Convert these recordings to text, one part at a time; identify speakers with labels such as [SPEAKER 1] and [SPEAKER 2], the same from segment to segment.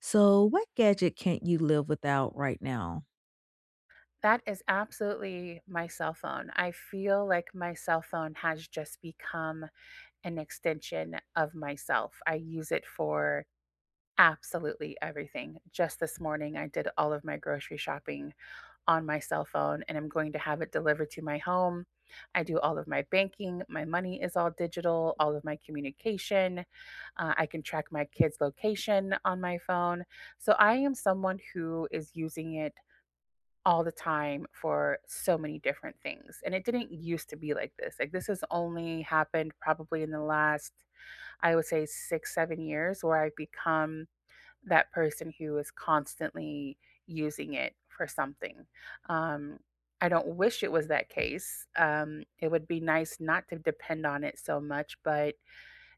[SPEAKER 1] So, what gadget can't you live without right now?
[SPEAKER 2] That is absolutely my cell phone. I feel like my cell phone has just become an extension of myself. I use it for absolutely everything. Just this morning, I did all of my grocery shopping on my cell phone and I'm going to have it delivered to my home. I do all of my banking. My money is all digital, all of my communication. I can track my kids' location on my phone. So I am someone who is using it all the time for so many different things. And it didn't used to be like this. Like, this has only happened probably in the last, I would say, six, seven years where I've become that person who is constantly using it for something. Um, I don't wish it was that case. It would be nice not to depend on it so much, but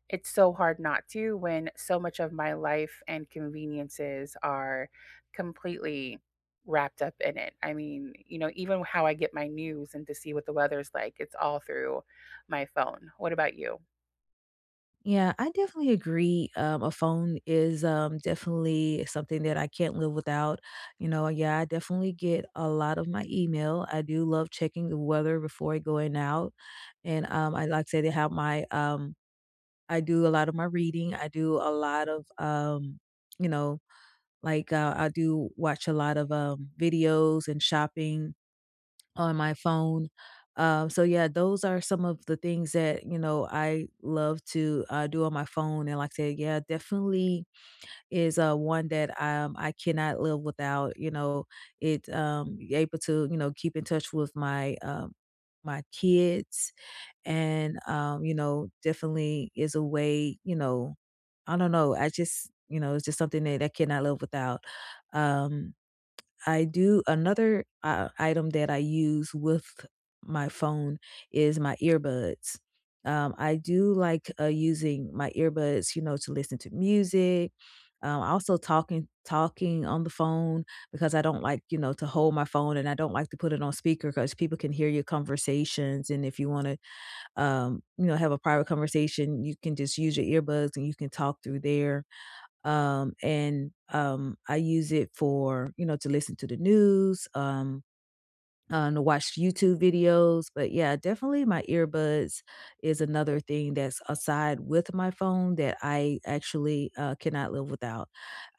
[SPEAKER 2] it's so hard not to when so much of my life and conveniences are completely wrapped up in it. I mean, you know, even how I get my news and to see what the weather's like, it's all through my phone. What about you?
[SPEAKER 1] Yeah, I definitely agree. A phone is definitely something that I can't live without. You know, yeah, I definitely get a lot of my email. I do love checking the weather before going out, and I like to say they have my. I do a lot of my reading. I do a lot of, you know, I do watch a lot of videos and shopping on my phone. So yeah, those are some of the things that, you know, I love to do on my phone. And like I said, yeah, definitely is one that I cannot live without, you know, it able to, you know, keep in touch with my, my kids and, you know, definitely is a way, you know, I don't know. I just, you know, it's just something that I cannot live without. Um, I do another, item that I use with my phone is my earbuds. I do like, using my earbuds, you know, to listen to music. Also talking on the phone because I don't like, you know, to hold my phone and I don't like to put it on speaker because people can hear your conversations. And if you want to, you know, have a private conversation, you can just use your earbuds and you can talk through there and I use it for you know to listen to the news, to watch YouTube videos. But yeah, definitely my earbuds is another thing that's aside with my phone that I actually cannot live without.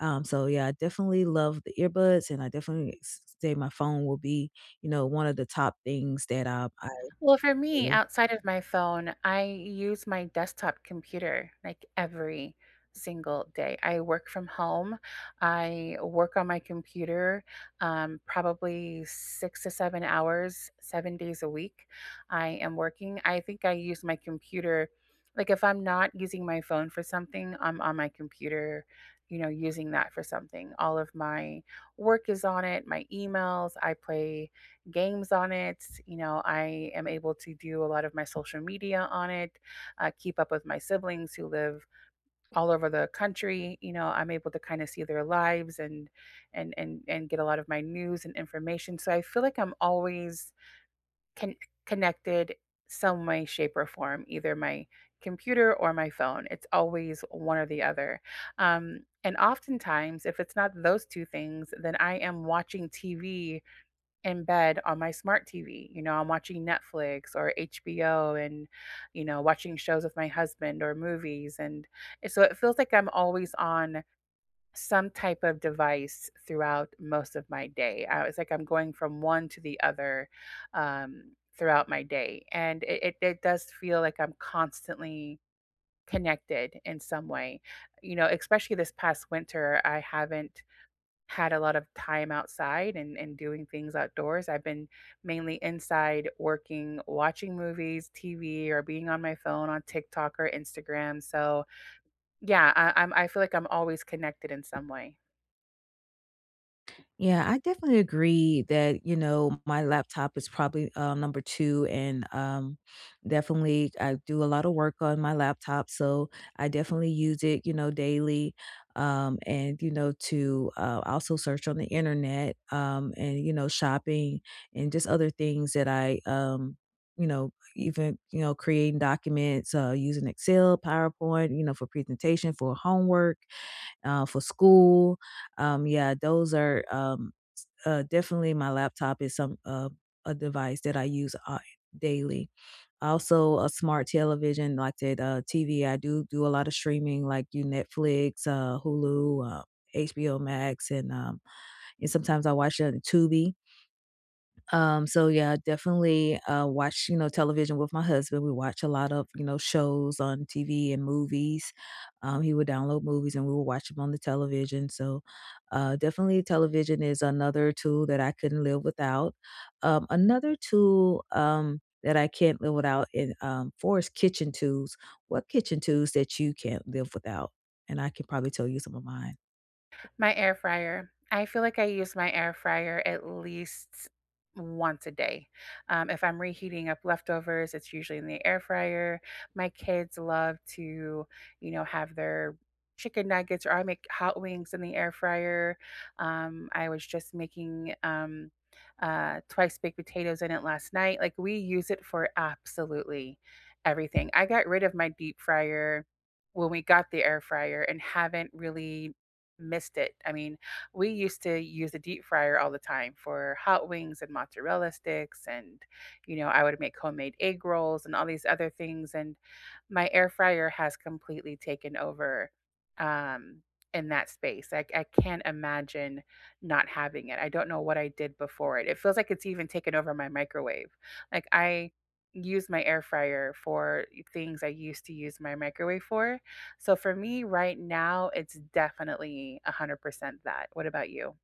[SPEAKER 1] So yeah, I definitely love the earbuds, and I definitely say my phone will be you know one of the top things that I
[SPEAKER 2] Well, for me,
[SPEAKER 1] really.
[SPEAKER 2] outside of my phone, I use my desktop computer like every single day. I work from home. I work on my computer probably six to seven hours, seven days a week. I am working. I think I use my computer, like if I'm not using my phone for something, I'm on my computer, you know, using that for something. All of my work is on it, my emails. I play games on it. You know, I am able to do a lot of my social media on it, keep up with my siblings who live all over the country. You know, I'm able to kind of see their lives and and get a lot of my news and information. So I feel like I'm always con- connected some way, shape, or form, either my computer or my phone. It's always one or the other. And oftentimes, if it's not those two things, then I am watching TV in bed on my smart TV. You know, I'm watching Netflix or HBO and, you know, watching shows with my husband or movies. And so it feels like I'm always on some type of device throughout most of my day. It's like I'm going from one to the other throughout my day. And it does feel like I'm constantly connected in some way. You know, especially this past winter, I haven't had a lot of time outside and doing things outdoors. I've been mainly inside working, watching movies, TV, or being on my phone on TikTok or Instagram. So yeah, I feel like I'm always connected in some way.
[SPEAKER 1] Yeah, I definitely agree that, you know, my laptop is probably number two. And definitely, I do a lot of work on my laptop. So I definitely use it, you know, daily. And, you know, to also search on the internet and, you know, shopping and just other things that I, you know, even, you know, creating documents using Excel, PowerPoint, you know, for presentation, for homework, for school. Yeah, those are definitely my laptop is some a device that I use daily. Also, a smart television like that TV. I do do a lot of streaming, like you Netflix, Hulu, HBO Max, and sometimes I watch it on Tubi. So yeah, definitely watch, you know, television with my husband. We watch a lot of, you know, shows on TV and movies. He would download movies and we would watch them on the television. So definitely television is another tool that I couldn't live without. Another tool that I can't live without in for is kitchen tools. What kitchen tools that you can't live without? And I can probably tell you some of mine.
[SPEAKER 2] My air fryer. I feel like I use my air fryer at least once a day. If I'm reheating up leftovers, it's usually in the air fryer. My kids love to, you know, have their chicken nuggets or I make hot wings in the air fryer. I was just making twice baked potatoes in it last night. Like we use it for absolutely everything. I got rid of my deep fryer when we got the air fryer and haven't really missed it. I mean, we used to use the deep fryer all the time for hot wings and mozzarella sticks and you know, I would make homemade egg rolls and all these other things and my air fryer has completely taken over um in that space. I can't imagine not having it. I don't know what I did before it. It feels like it's even taken over my microwave. Like I use my air fryer for things I used to use my microwave for, so for me right now, it's definitely 100% that. What about you?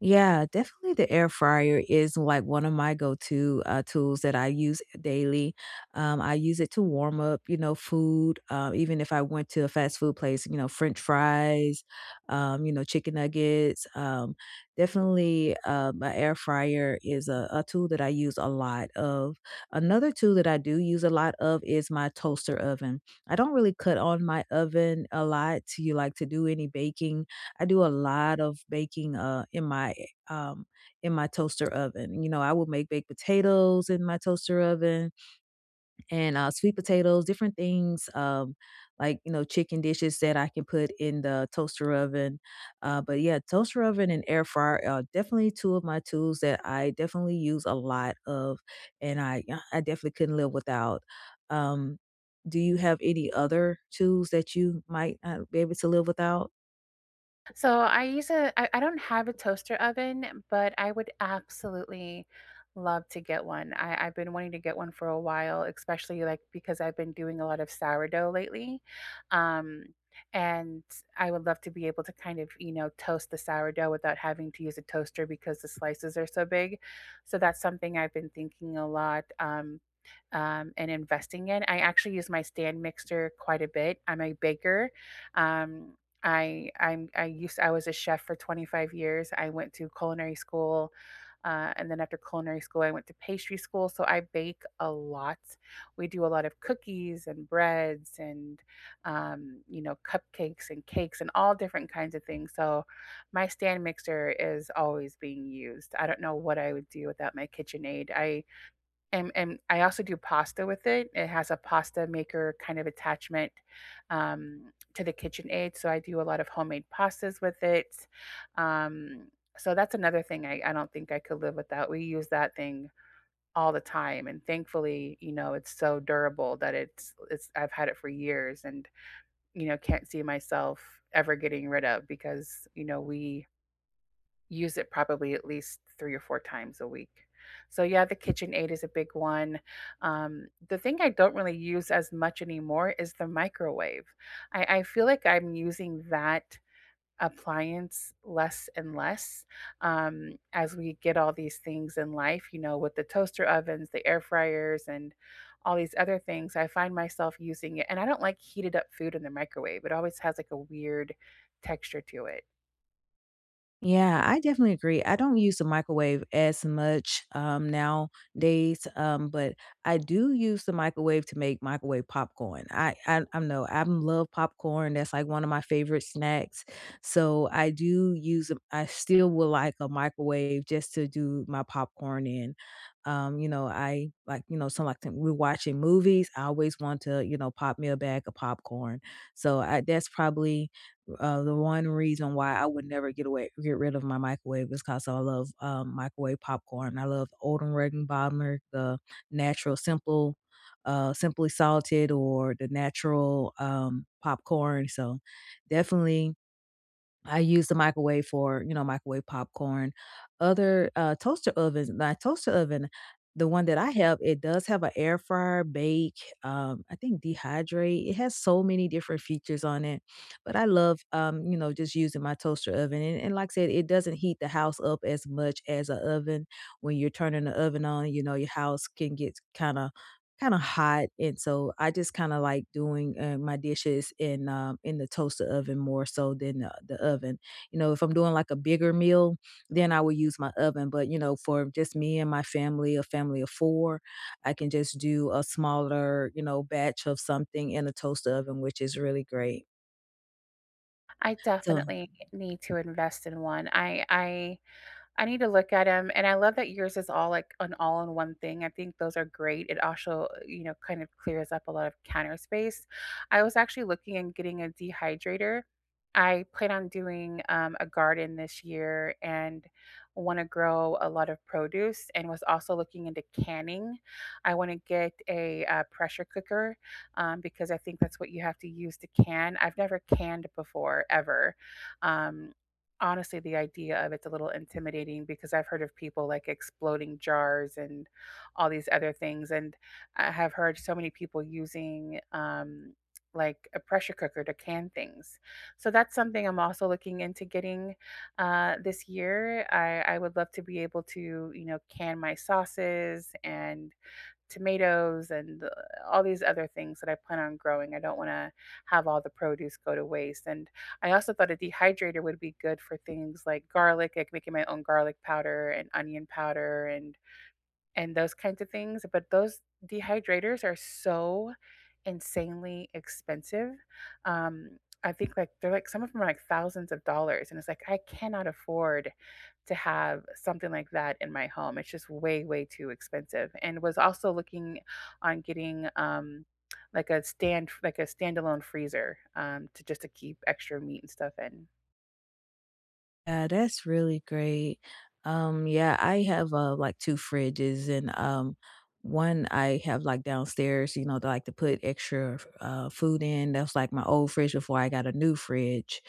[SPEAKER 1] Yeah, definitely the air fryer is like one of my go-to tools that I use daily. I use it to warm up, you know, food. Even if I went to a fast food place, you know, French fries, you know, chicken nuggets. My air fryer is a tool that I use a lot of. Another tool that I do use a lot of is my toaster oven. I don't really cut on my oven a lot to like to do any baking. I do a lot of baking um in my toaster oven. You know, I will make baked potatoes in my toaster oven and sweet potatoes, different things like you know chicken dishes that I can put in the toaster oven. But yeah, toaster oven and air fryer are definitely two of my tools that I definitely use a lot of and I yeah, I definitely couldn't live without. Um do you have any other tools that you might not be able to live without?
[SPEAKER 2] So I don't have a toaster oven, but I would absolutely love to get one. I've been wanting to get one for a while, especially like because I've been doing a lot of sourdough lately. Um and I would love to be able to kind of, you know, toast the sourdough without having to use a toaster because the slices are so big. So that's something I've been thinking a lot. And investing in. I actually use my stand mixer quite a bit. I'm a baker, um, I I'm I used I was a chef for 25 years. I went to culinary school, and then after culinary school, I went to pastry school. So I bake a lot. We do a lot of cookies and breads and you know, cupcakes and cakes and all different kinds of things. So my stand mixer is always being used. I don't know what I would do without my KitchenAid. I And I also do pasta with it. It has a pasta maker kind of attachment to the KitchenAid, so I do a lot of homemade pastas with it. Um, so that's another thing I don't think I could live without. We use that thing all the time, and thankfully, you know, it's so durable that it's I've had it for years, and you know, can't see myself ever getting rid of because you know we use it probably at least 3 or 4 times a week. So, yeah, the KitchenAid is a big one. The thing I don't really use as much anymore is the microwave. I feel like I'm using that appliance less and less, as we get all these things in life, you know, with the toaster ovens, the air fryers, and all these other things, I find myself using it and I don't like heated up food in the microwave. It always has, like, a weird texture to it.
[SPEAKER 1] Yeah, I definitely agree. I don't use the microwave as much nowadays, but I do use the microwave to make microwave popcorn. I know I love popcorn. That's like one of my favorite snacks. So I do use. I still would like a microwave just to do my popcorn in. You know, I like you know, some like we're watching movies. I always want to you know pop me a bag of popcorn. So I, that's probably the one reason why I would never get rid of my microwave is because I love microwave popcorn. I love Olden Regenbaumer, the natural simple, simply salted, or the natural popcorn. So definitely I use the microwave for, you know, microwave popcorn. Other, toaster ovens my toaster oven, the one that I have, it does have a air fryer, bake, I think dehydrate. It has so many different features on it, but I love, you know, just using my toaster oven, and like I said, it doesn't heat the house up as much as an oven. When you're turning the oven on, you know, your house can get kinda hot, and so I just kinda like doing, my dishes in the toaster oven more so than the oven. You know, if I'm doing, like, a bigger meal, then I would use my oven, but, you know, for just me and my family, a family of 4, I can just do a smaller, you know, batch of something in a toaster oven, which is really great.
[SPEAKER 2] I
[SPEAKER 1] So
[SPEAKER 2] definitely need to invest in one. I need to look at them. And I love that yours is all like an all in one thing. I think those are great. It also, you know, kind of clears up a lot of counter space. I was actually looking and getting a dehydrator. I plan on doing a garden this year and want to grow a lot of produce and was also looking into canning. I want to get a pressure cooker because I think that's what you have to use to can. I've never canned before, ever. Um, Honestly, the idea of it's a little intimidating because I've heard of people like exploding jars and all these other things. And I have heard so many people using like a pressure cooker to can things. So that's something I'm also looking into getting this year. I would love to be able to, you know, can my sauces and tomatoes and all these other things that I plan on growing. I don't want to have all the produce go to waste. And I also thought a dehydrator would be good for things like garlic, like making my own garlic powder and onion powder and those kinds of things. But those dehydrators are so insanely expensive. Um, I think like they're like some of them are like thousands of dollars, and it's like I cannot afford to have something like that in my home. It's just way too expensive. And was also looking on getting like a standalone freezer to just to keep extra meat and stuff in.
[SPEAKER 1] yeah, that's really great. Yeah, I have like two fridges and one I have like downstairs, you know, to like to put extra food in. That's like my old fridge before I got a new fridge.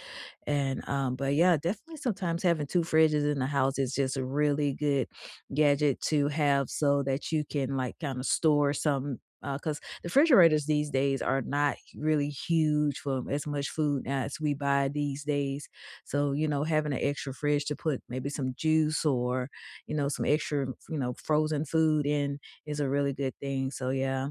[SPEAKER 1] And but yeah, definitely sometimes having two fridges in the house is just a really good gadget to have so that you can like kind of store some because the refrigerators these days are not really huge for as much food as we buy these days. So, you know, having an extra fridge to put maybe some juice or, you know, some extra, you know, frozen food in is a really good thing. So, yeah.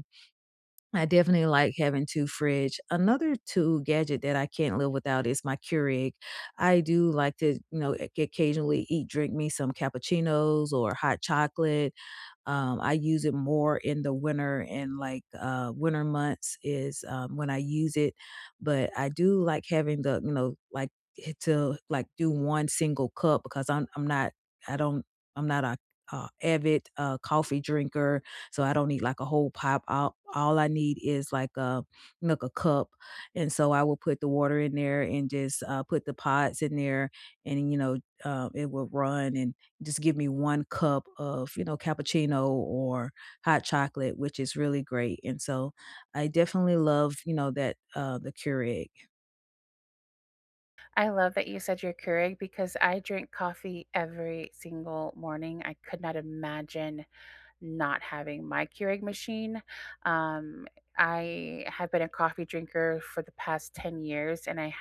[SPEAKER 1] I definitely like having 2 fridge. Another 2 gadget that I can't live without is my Keurig. I do like to, you know, occasionally eat drink me some cappuccinos or hot chocolate. I use it more in the winter and like winter months is when I use it. But I do like having the, you know, like hit to like do one single cup because I'm not I don't I'm not a avid coffee drinker, so I don't need like a whole pop. All I need is like a cup, and so I will put the water in there and just put the pods in there, and you know it will run. And just give me 1 cup of, you know, cappuccino or hot chocolate, which is really great, and so I definitely love, you know, that, the Keurig.
[SPEAKER 2] I love that you said your Keurig because I drink coffee every single morning. I could not imagine not having my Keurig machine. Um, I have been a coffee drinker for the past 10 years and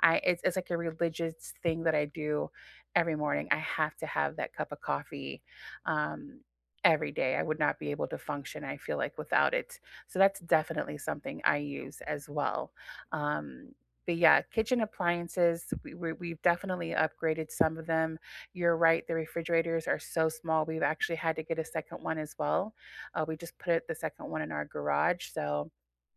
[SPEAKER 2] I it's like a religious thing that I do every morning. I have to have that cup of coffee um every day. I would not be able to function, I feel like, without it. So that's definitely something I use as well. Um but yeah, kitchen appliances, we've definitely upgraded some of them. You're right, the refrigerators are so small. We've actually had to get a second one as well. We just put the second one in our garage. So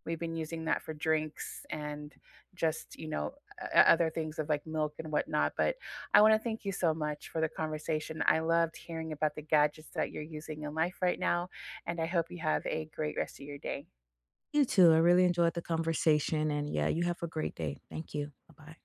[SPEAKER 2] we've been using that for drinks and just, you know, other things of like milk and whatnot. But I want to thank you so much for the conversation. I loved hearing about the gadgets that you're using in life right now. And I hope you have a great rest of your day.
[SPEAKER 1] You too, I really enjoyed the conversation, and yeah, you have a great day. Thank you. Bye-bye.